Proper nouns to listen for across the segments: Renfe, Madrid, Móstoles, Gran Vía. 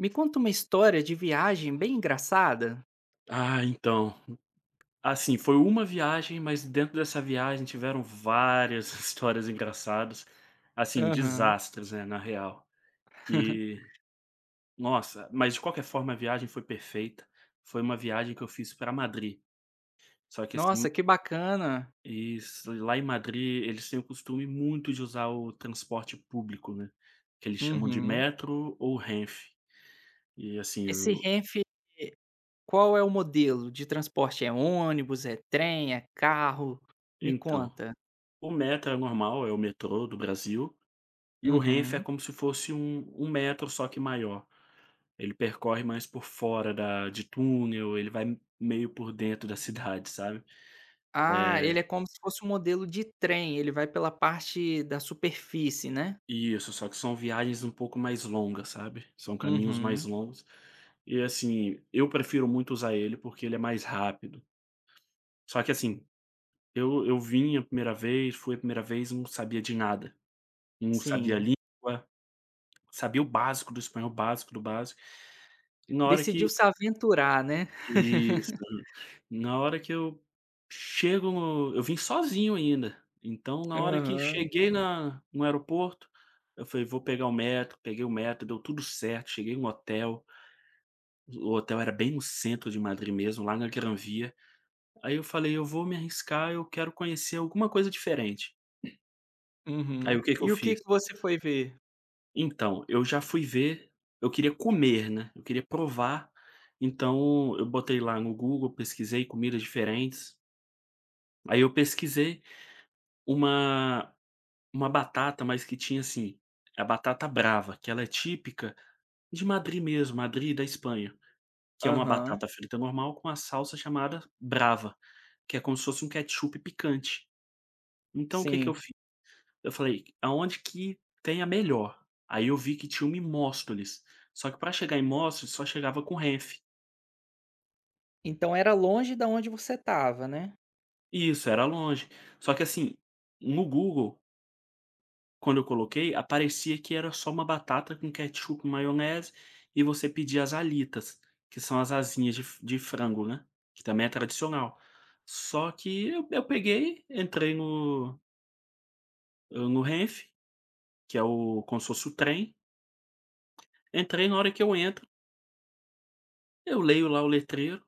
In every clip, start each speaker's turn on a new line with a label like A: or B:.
A: Me conta uma história de viagem bem engraçada.
B: Ah, então. Assim, foi uma viagem, mas dentro dessa viagem tiveram várias histórias engraçadas, assim,
A: Aham.
B: desastres, né, na real, que nossa, mas de qualquer forma a viagem foi perfeita. Foi uma viagem que eu fiz para Madrid. Só que, assim,
A: Nossa, que bacana.
B: isso, lá em Madrid eles têm o costume muito de usar o transporte público, né, que eles chamam de
A: Uhum.
B: metro ou Renfe. E, assim,
A: Esse
B: o
A: Renfe, qual é o modelo de transporte? É ônibus, é trem, é carro? Me
B: então,
A: conta.
B: o metro é normal, é o metrô do Brasil. E o Renfe é
A: Uhum.
B: como se fosse um metro, só que maior. Ele percorre mais por fora da de túnel, ele vai meio por dentro da cidade, sabe.
A: Ah,
B: É,
A: ele é como se fosse um modelo de trem, ele vai pela parte da superfície, né?
B: isso, só que são viagens um pouco mais longas, sabe. São caminhos
A: Uhum.
B: mais longos. E, assim, eu prefiro muito usar ele, porque ele é mais rápido. Só que, assim, eu vim a primeira vez, fui a primeira vez, não sabia de nada. Não sabia a
A: Sim.
B: língua, sabia o básico do espanhol, básico do básico. E na hora que
A: Decidiu se aventurar, né?
B: Isso. Na hora que eu chego no eu vim sozinho ainda, então na hora que
A: Aham.
B: cheguei na no aeroporto, eu falei: "Vou pegar o metro", peguei o metro, deu tudo certo, cheguei no hotel. O hotel era bem no centro de Madrid mesmo, lá na Gran Via. Aí eu falei: "Eu vou me arriscar, eu quero conhecer alguma coisa diferente". Aí
A: Uhum.
B: o que que eu
A: E o que
B: fiz?
A: que você foi ver?
B: Então, eu já fui ver, eu queria comer, né, eu queria provar, então eu botei lá no Google, pesquisei comidas diferentes. Aí eu pesquisei uma uma batata, mas que tinha, assim, a batata brava, que ela é típica de Madrid mesmo, Madrid da Espanha, que é uma
A: Aham.
B: batata frita normal com a salsa chamada brava, que é como se fosse um ketchup picante. Então o que que eu
A: Sim.
B: fiz? Eu falei: "Aonde que tem a melhor?". Aí eu vi que tinha uma em Móstoles, só que para chegar em Móstoles só chegava com Renfe.
A: Então era longe da onde você estava, né.
B: Isso, era longe. Só que, assim, no Google, quando eu coloquei, aparecia que era só uma batata com ketchup e maionese, e você pedia as alitas, que são as asinhas de f de frango, né, que também é tradicional. Só que eu peguei, entrei no Renfe, que é o como se fosse o trem. Entrei. Na hora que eu entro, eu leio lá o letreiro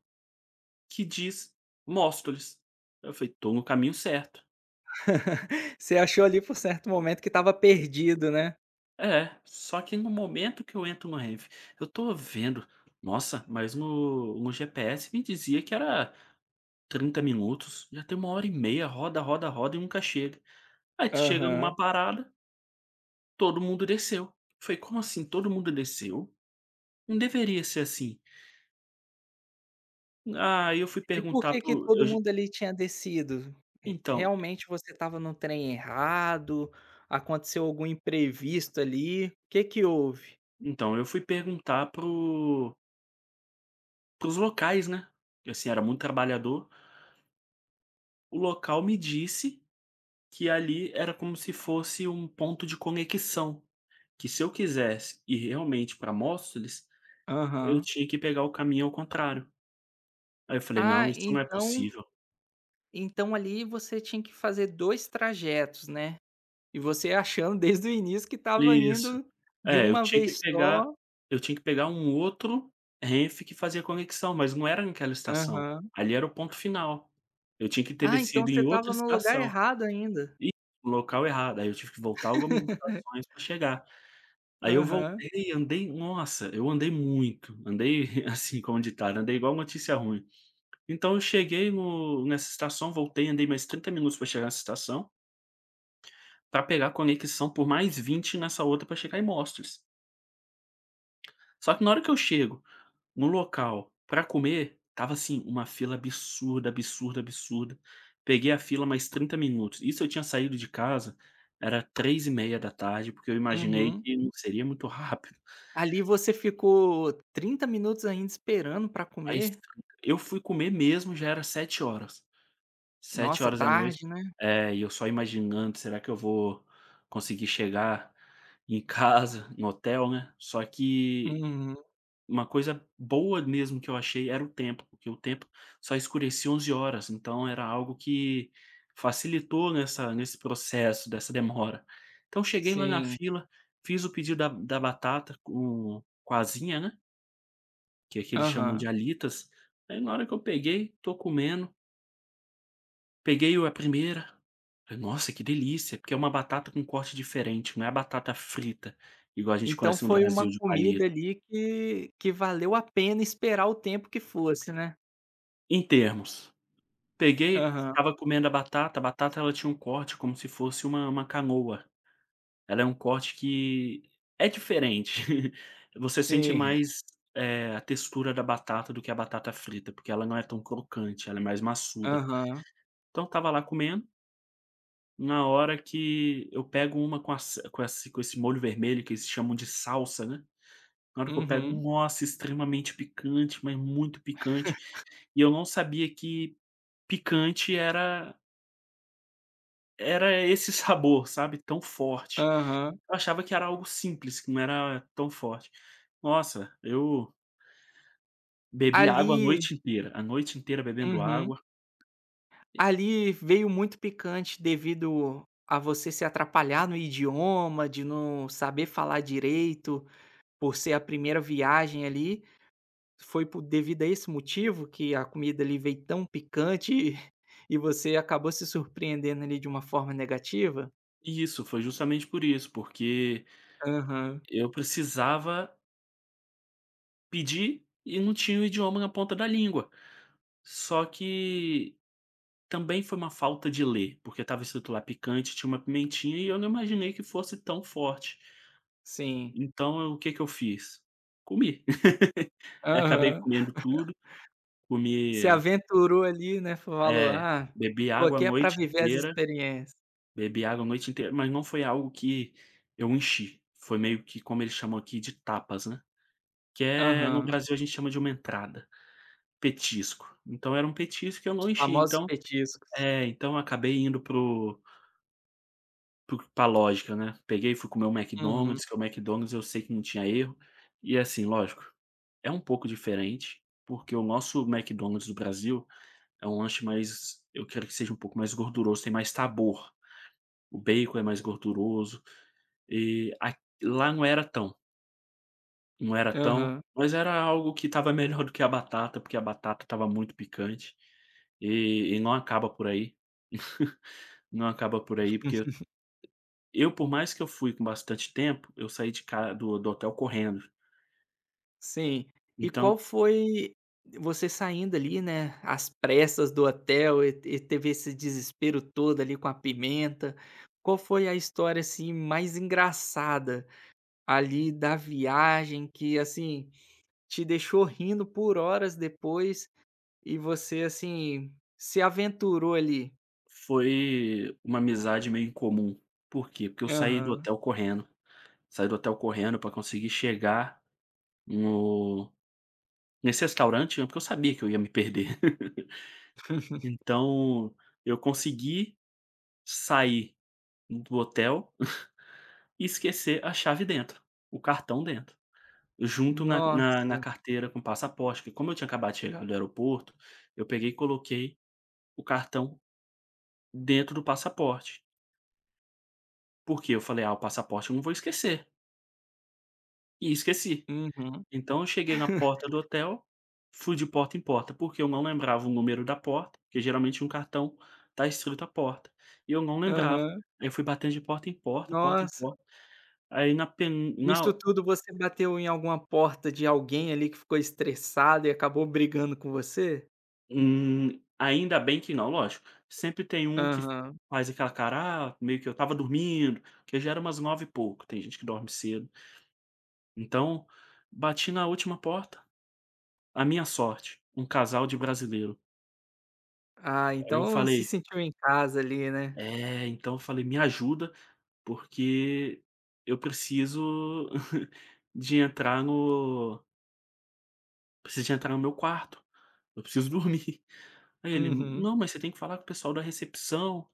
B: que diz Móstoles. Eu falei: "Tô no caminho certo".
A: Você achou ali por certo momento que estava perdido, né.
B: É, só que no momento que eu entro no Renfe, eu tô vendo, nossa, mas no GPS me dizia que era 30 minutos, já tem uma hora e meia, roda, roda, roda e nunca chega. Aí tu chega
A: Aham.
B: numa parada, todo mundo desceu. Foi: "Como assim todo mundo desceu? Não deveria ser assim". "Ah, eu fui
A: E por
B: perguntar
A: que que
B: pro eu
A: todo
B: j
A: mundo ali tinha descido? Re
B: então
A: realmente você estava no trem errado? Aconteceu algum imprevisto ali? O que que houve?
B: então, eu fui perguntar pros locais, né, porque, assim, era muito trabalhador. O local me disse que ali era como se fosse um ponto de conexão, que, se eu quisesse ir realmente para Móstoles, eu
A: Aham.
B: tinha que pegar o caminho ao contrário. Aí eu falei:
A: Ah,
B: "Não, isso não é
A: então
B: possível".
A: então ali você tinha que fazer 2 trajetos, né. E você achando desde o início que estava
B: Isso.
A: indo de
B: É, eu
A: uma
B: tinha que
A: vez
B: pegar
A: só.
B: eu tinha que pegar um outro Renfe que fazia conexão, mas não era naquela estação,
A: Aham.
B: ali era o ponto final. Eu tinha que ter
A: Ah, então
B: descido
A: você
B: em
A: estava
B: outra
A: no lugar
B: estação.
A: errado ainda.
B: Isso, no local errado. Aí eu tive que voltar algumas estações pra chegar. Aí eu
A: Aham.
B: voltei, andei, nossa, eu andei muito, andei, assim, como ditado, andei igual notícia ruim. Então eu cheguei no nessa estação, voltei, andei mais 30 minutos pra chegar nessa estação, pra pegar conexão por mais 20 nessa outra pra chegar em Mostras. Só que na hora que eu chego no local, pra comer, tava assim, uma fila absurda, absurda, absurda. Peguei a fila mais 30 minutos. Isso eu tinha saído de casa, era três e meia da tarde porque eu imaginei
A: Uhum.
B: que não seria muito rápido,
A: Ali você ficou 30 minutos ainda esperando pra
B: mas
A: comer?
B: eu fui comer mesmo já era 19h.
A: Nossa,
B: 19h.
A: tarde, né?
B: É, e eu só imaginando: "Será que eu vou conseguir chegar em casa, no hotel, né?". Só que
A: Uhum.
B: uma coisa boa mesmo que eu achei era o tempo, porque o tempo só escurecia 11 horas, então era algo que facilitou nessa, nesse processo dessa demora. Então cheguei lá na
A: Sim.
B: fila, fiz o pedido da batata com asinha, né, que é que eles chamam
A: Aham.
B: de alitas. Aí na hora que eu peguei, tô comendo, peguei o a primeira, falei: "Nossa, que delícia", porque é uma batata com corte diferente, não é a batata frita, igual a gente
A: Então
B: conhece no
A: foi
B: Brasil,
A: uma
B: de
A: comida
B: palito.
A: ali que valeu a pena esperar o tempo que fosse, né?
B: Em termos. Peguei,
A: Aham.
B: estava comendo a batata, a batata, ela tinha um corte como se fosse uma canoa. Ela é um corte que é diferente. Você sente
A: Sim.
B: mais, a textura da batata do que a batata frita, porque ela não é tão crocante, ela é mais maçuda.
A: Aham.
B: Então estava lá comendo. Na hora que eu pego uma com esse molho vermelho que eles chamam de salsa, né, na hora que eu pego,
A: Uhum.
B: nossa, extremamente picante, mas muito picante, e eu não sabia que picante era esse sabor, sabe, tão forte.
A: Aham.
B: Eu achava que era algo simples, que não era tão forte. Nossa, eu bebi água
A: Ali.
B: a noite inteira bebendo
A: Uhum.
B: água.
A: Ali veio muito picante devido a você se atrapalhar no idioma, de não saber falar direito. Por ser a primeira viagem ali, foi por devido a esse motivo que a comida ali veio tão picante e você acabou se surpreendendo ali de uma forma negativa?
B: Isso, foi justamente por isso, porque
A: Aham,
B: eu precisava pedir e não tinha o idioma na ponta da língua. Só que também foi uma falta de ler, porque estava escrito lá picante, tinha uma pimentinha e eu não imaginei que fosse tão forte.
A: sim.
B: Então, o que que eu fiz? Comi. Acabei
A: Aham.
B: comendo tudo.
A: Se
B: Comia
A: aventurou ali, né, falou:
B: é,
A: "Ah,
B: bebi
A: tô
B: água a
A: aqui é pra
B: noite
A: viver as
B: inteira,
A: experiências".
B: mas não foi algo que eu enchi, foi meio que como eles chamam aqui de tapas, né, que é no
A: Aham.
B: Brasil a gente chama de uma entrada, petisco. Então era um petisco que eu não
A: Os
B: enchi,
A: famosos
B: então
A: petiscos.
B: é, então eu acabei indo pro o para pra lógica, né. Peguei e fui comer o
A: Uhum,
B: McDonald's, que o McDonald's eu sei que não tinha erro, e, assim, lógico, é um pouco diferente, porque o nosso McDonald's do Brasil é um lanche mais, eu quero que seja um pouco mais gorduroso, tem mais sabor. O bacon é mais gorduroso, e a lá não era tão, não era tão,
A: aham.
B: mas era algo que estava melhor do que a batata, porque a batata estava muito picante, e não acaba por aí. Não acaba por aí, porque eu, por mais que eu fui com bastante tempo, eu saí de ca do do hotel correndo.
A: Sim. E qual
B: Então,
A: foi você saindo ali, né, às pressas do hotel e teve esse desespero todo ali com a pimenta, qual foi a história, assim, mais engraçada ali da viagem que, assim, te deixou rindo por horas depois e você, assim, se aventurou ali?
B: foi uma amizade meio incomum. Por quê? Porque eu saí do
A: Aham.
B: hotel correndo, saí do hotel correndo para conseguir chegar No nesse restaurante, né, porque eu sabia que eu ia me perder. Então, eu consegui sair do hotel e esquecer a chave dentro, o cartão dentro, junto na
A: Nossa.
B: carteira com o passaporte, que, como eu tinha acabado de chegar do aeroporto, eu peguei e coloquei o cartão dentro do passaporte, porque eu falei: "Ah, o passaporte eu não vou esquecer", e esqueci.
A: Uhum.
B: Então eu cheguei na porta do hotel, fui de porta em porta, porque eu não lembrava o número da porta, porque geralmente um cartão tá escrito a porta, e eu não lembrava.
A: Aham.
B: Aí eu fui batendo de porta em porta, porta em
A: Nossa.
B: porta. Aí na pen
A: Isso
B: na
A: tudo você bateu em alguma porta de alguém ali que ficou estressado e acabou brigando com você?
B: ainda bem que não, lógico, sempre tem um que
A: Aham.
B: faz aquela cara: "Ah", meio que eu estava dormindo, que já era umas 9 e pouco, tem gente que dorme cedo. Então, bati na última porta, a minha sorte, um casal de brasileiro.
A: Ah,
B: Aí eu
A: então se
B: falei
A: sentiu em casa ali, né.
B: É, então eu falei: "Me ajuda. Porque eu preciso de entrar no, preciso de entrar no meu quarto, eu preciso dormir". Aí ele:
A: Uhum.
B: "Não, mas você tem que falar com o pessoal da recepção".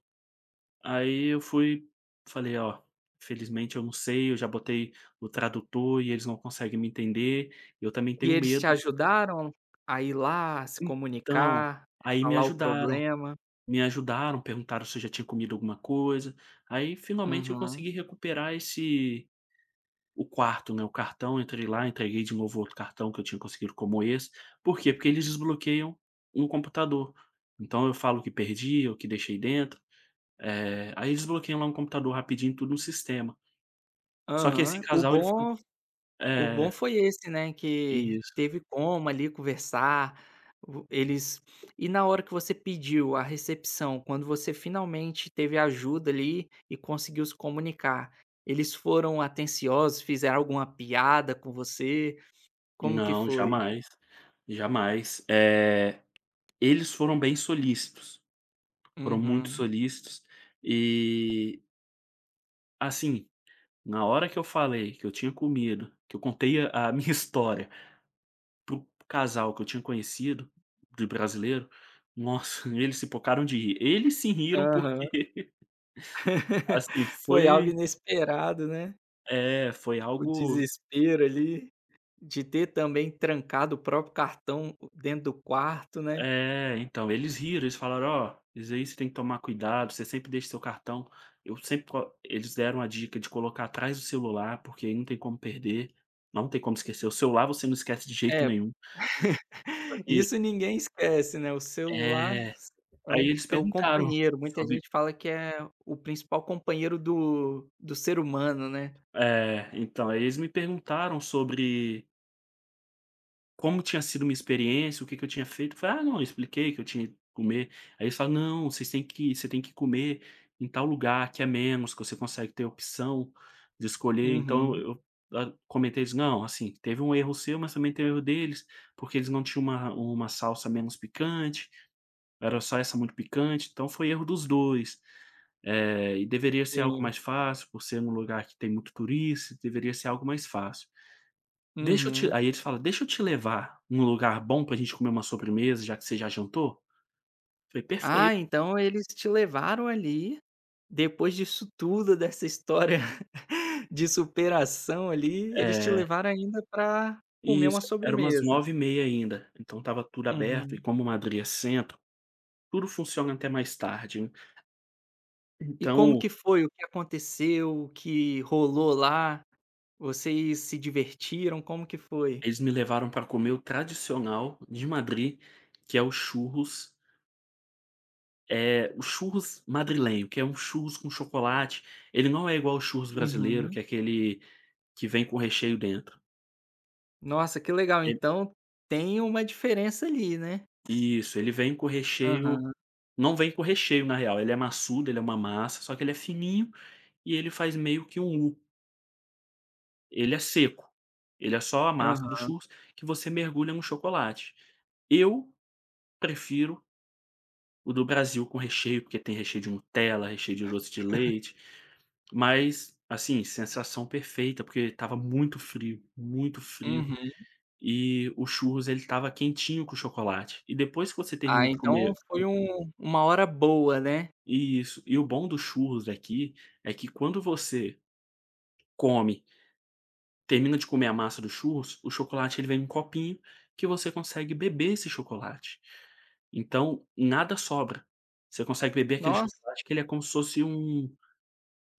B: Aí eu fui falei: "Ó, felizmente eu não sei, eu já botei o tradutor e eles não conseguem me entender, eu também
A: E
B: tenho
A: eles te
B: medo".
A: ajudaram a ir lá, a se
B: Então,
A: comunicar, a
B: aí
A: falar o problema?
B: me ajudaram, perguntaram se eu já tinha comido alguma coisa. Aí finalmente eu
A: Uhum.
B: consegui recuperar esse o quarto, né, o cartão, entrei lá, entreguei de novo outro cartão que eu tinha conseguido como esse. Por quê? Porque eles desbloqueiam um computador. Então eu falo que perdi, ou que deixei dentro, aí eles desbloqueiam lá um computador rapidinho, tudo no sistema. Só que esse
A: Aham. O
B: casal ele foi
A: bom. O bom
B: é,
A: foi esse, né, que
B: isso.
A: teve como ali conversar, o eles e na hora que você pediu a recepção, quando você finalmente teve ajuda ali e conseguiu se comunicar, eles foram atenciosos, fizeram alguma piada com você? Como que
B: Não,
A: foi?
B: jamais, jamais. Eles foram bem solícitos, foram muito
A: Uhum.
B: solícitos e, assim, na hora que eu falei que eu tinha comido, que eu contei a minha história para o casal que eu tinha conhecido, de brasileiro, nossa, eles se pocaram de rir. Eles se riram
A: Aham.
B: porque, assim,
A: Foi algo
B: foi
A: inesperado, né,
B: é, foi
A: o
B: algo
A: desespero ali, de ter também trancado o próprio cartão dentro do quarto, né.
B: é, então, eles riram, eles falaram: "Ó, isso aí você tem que tomar cuidado, você sempre deixa seu cartão". Eu sempre co eles deram a dica de colocar atrás do celular, porque aí não tem como perder, não tem como esquecer. O celular você não esquece de jeito
A: É.
B: nenhum. Só que
A: Isso ninguém esquece, né, o celular
B: é,
A: é
B: aí
A: um
B: eles
A: é o
B: perguntaram
A: companheiro, muita
B: sobre
A: gente fala que é o principal companheiro do do ser humano, né.
B: é, então, aí eles me perguntaram sobre como tinha sido minha experiência, o que que eu tinha feito. Eu falei: "Ah, não, eu expliquei que eu tinha ido comer". Aí eles falaram: "Não, você tem que comer em tal lugar que é menos, que você consegue ter opção de escolher". Então
A: Uhum,
B: eu a comentei isso: "Não, assim, teve um erro seu, mas também teve o erro deles, porque eles não tinham uma salsa menos picante, era só essa muito picante, então foi erro dos 2. Deveria ser algo
A: sim.
B: mais fácil, por ser um lugar que tem muito turista, deveria ser algo mais fácil". Deixa eu te
A: Uhum.
B: Aí eles falam: "Deixa eu te levar num lugar bom pra gente comer uma sobremesa, já que você já jantou?". Foi:
A: Ah,
B: "Perfeito".
A: então eles te levaram ali, depois disso tudo, dessa história de superação ali, eles te
B: É,
A: levaram ainda para comer
B: isso,
A: uma
B: era umas
A: sobremesa.
B: nove e meia ainda, então tava tudo aberto, e
A: Uhum.
B: como Madrid é centro, tudo funciona até mais tarde, né.
A: E como
B: Então,
A: que foi? O que aconteceu? O que rolou lá? Vocês se divertiram? Como que foi?
B: eles me levaram para comer o tradicional de Madrid, que é o churros madrilenho, que é um churros com chocolate. Ele não é igual ao churros brasileiro,
A: Uhum.
B: que é aquele que vem com recheio dentro.
A: Nossa, que legal,
B: Ele
A: então tem uma diferença ali, né?
B: Isso, ele vem com recheio.
A: Aham,
B: Não vem com recheio, na real. Ele é maçudo, ele é uma massa, só que ele é fininho e ele faz meio que um U. Ele é seco, ele é só a massa do
A: aham.
B: churros que você mergulha no chocolate. Eu prefiro o do Brasil com recheio, porque tem recheio de Nutella, recheio de doce de leite, mas, assim, sensação perfeita, porque estava muito frio,
A: Uhum.
B: e o churros ele estava quentinho com o chocolate. E depois que você termina
A: Ah,
B: de comer
A: então foi um uma hora boa, né?
B: isso, e o bom do churros aqui é que quando você come, termina de comer a massa do churros, o chocolate ele vem em um copinho que você consegue beber esse chocolate. Então, nada sobra. Você consegue beber aquele
A: Nossa,
B: chocolate que ele é como se fosse um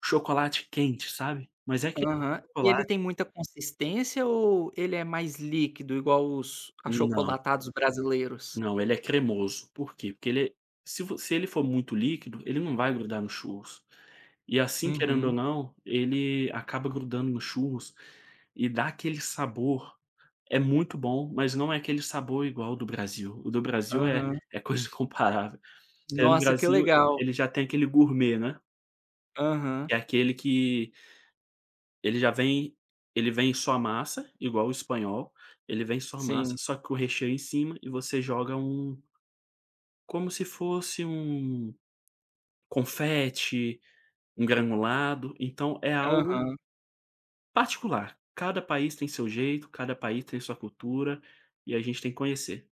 B: chocolate quente, sabe. Mas é aquele
A: aham. E ele tem
B: chocolate,
A: muita consistência ou ele é mais líquido igual os
B: não,
A: achocolatados brasileiros?
B: não, ele é cremoso. Por quê? Porque ele é, se ele for muito líquido, ele não vai grudar no churros. E, assim, querendo ou
A: Uhum.
B: não, ele acaba grudando no churros e dá aquele sabor. É muito bom, mas não é aquele sabor igual ao do Brasil. O do Brasil é
A: Aham.
B: é coisa incomparável. No
A: Nossa, que
B: Brasil,
A: legal.
B: ele já tem aquele gourmet, né,
A: Aham.
B: que é aquele que ele já vem ele vem só a massa, igual o espanhol, ele vem só a massa,
A: Sim.
B: só que o recheio em cima e você joga um como se fosse um confete, um granulado, então é algo
A: Aham.
B: particular. Cada país tem seu jeito, cada país tem sua cultura, e a gente tem que conhecer.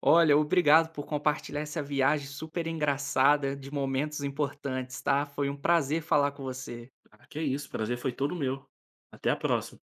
A: Olha, obrigado por compartilhar essa viagem super engraçada de momentos importantes, tá? Foi um prazer falar com você.
B: Ah, que isso, prazer foi todo meu. Até a próxima.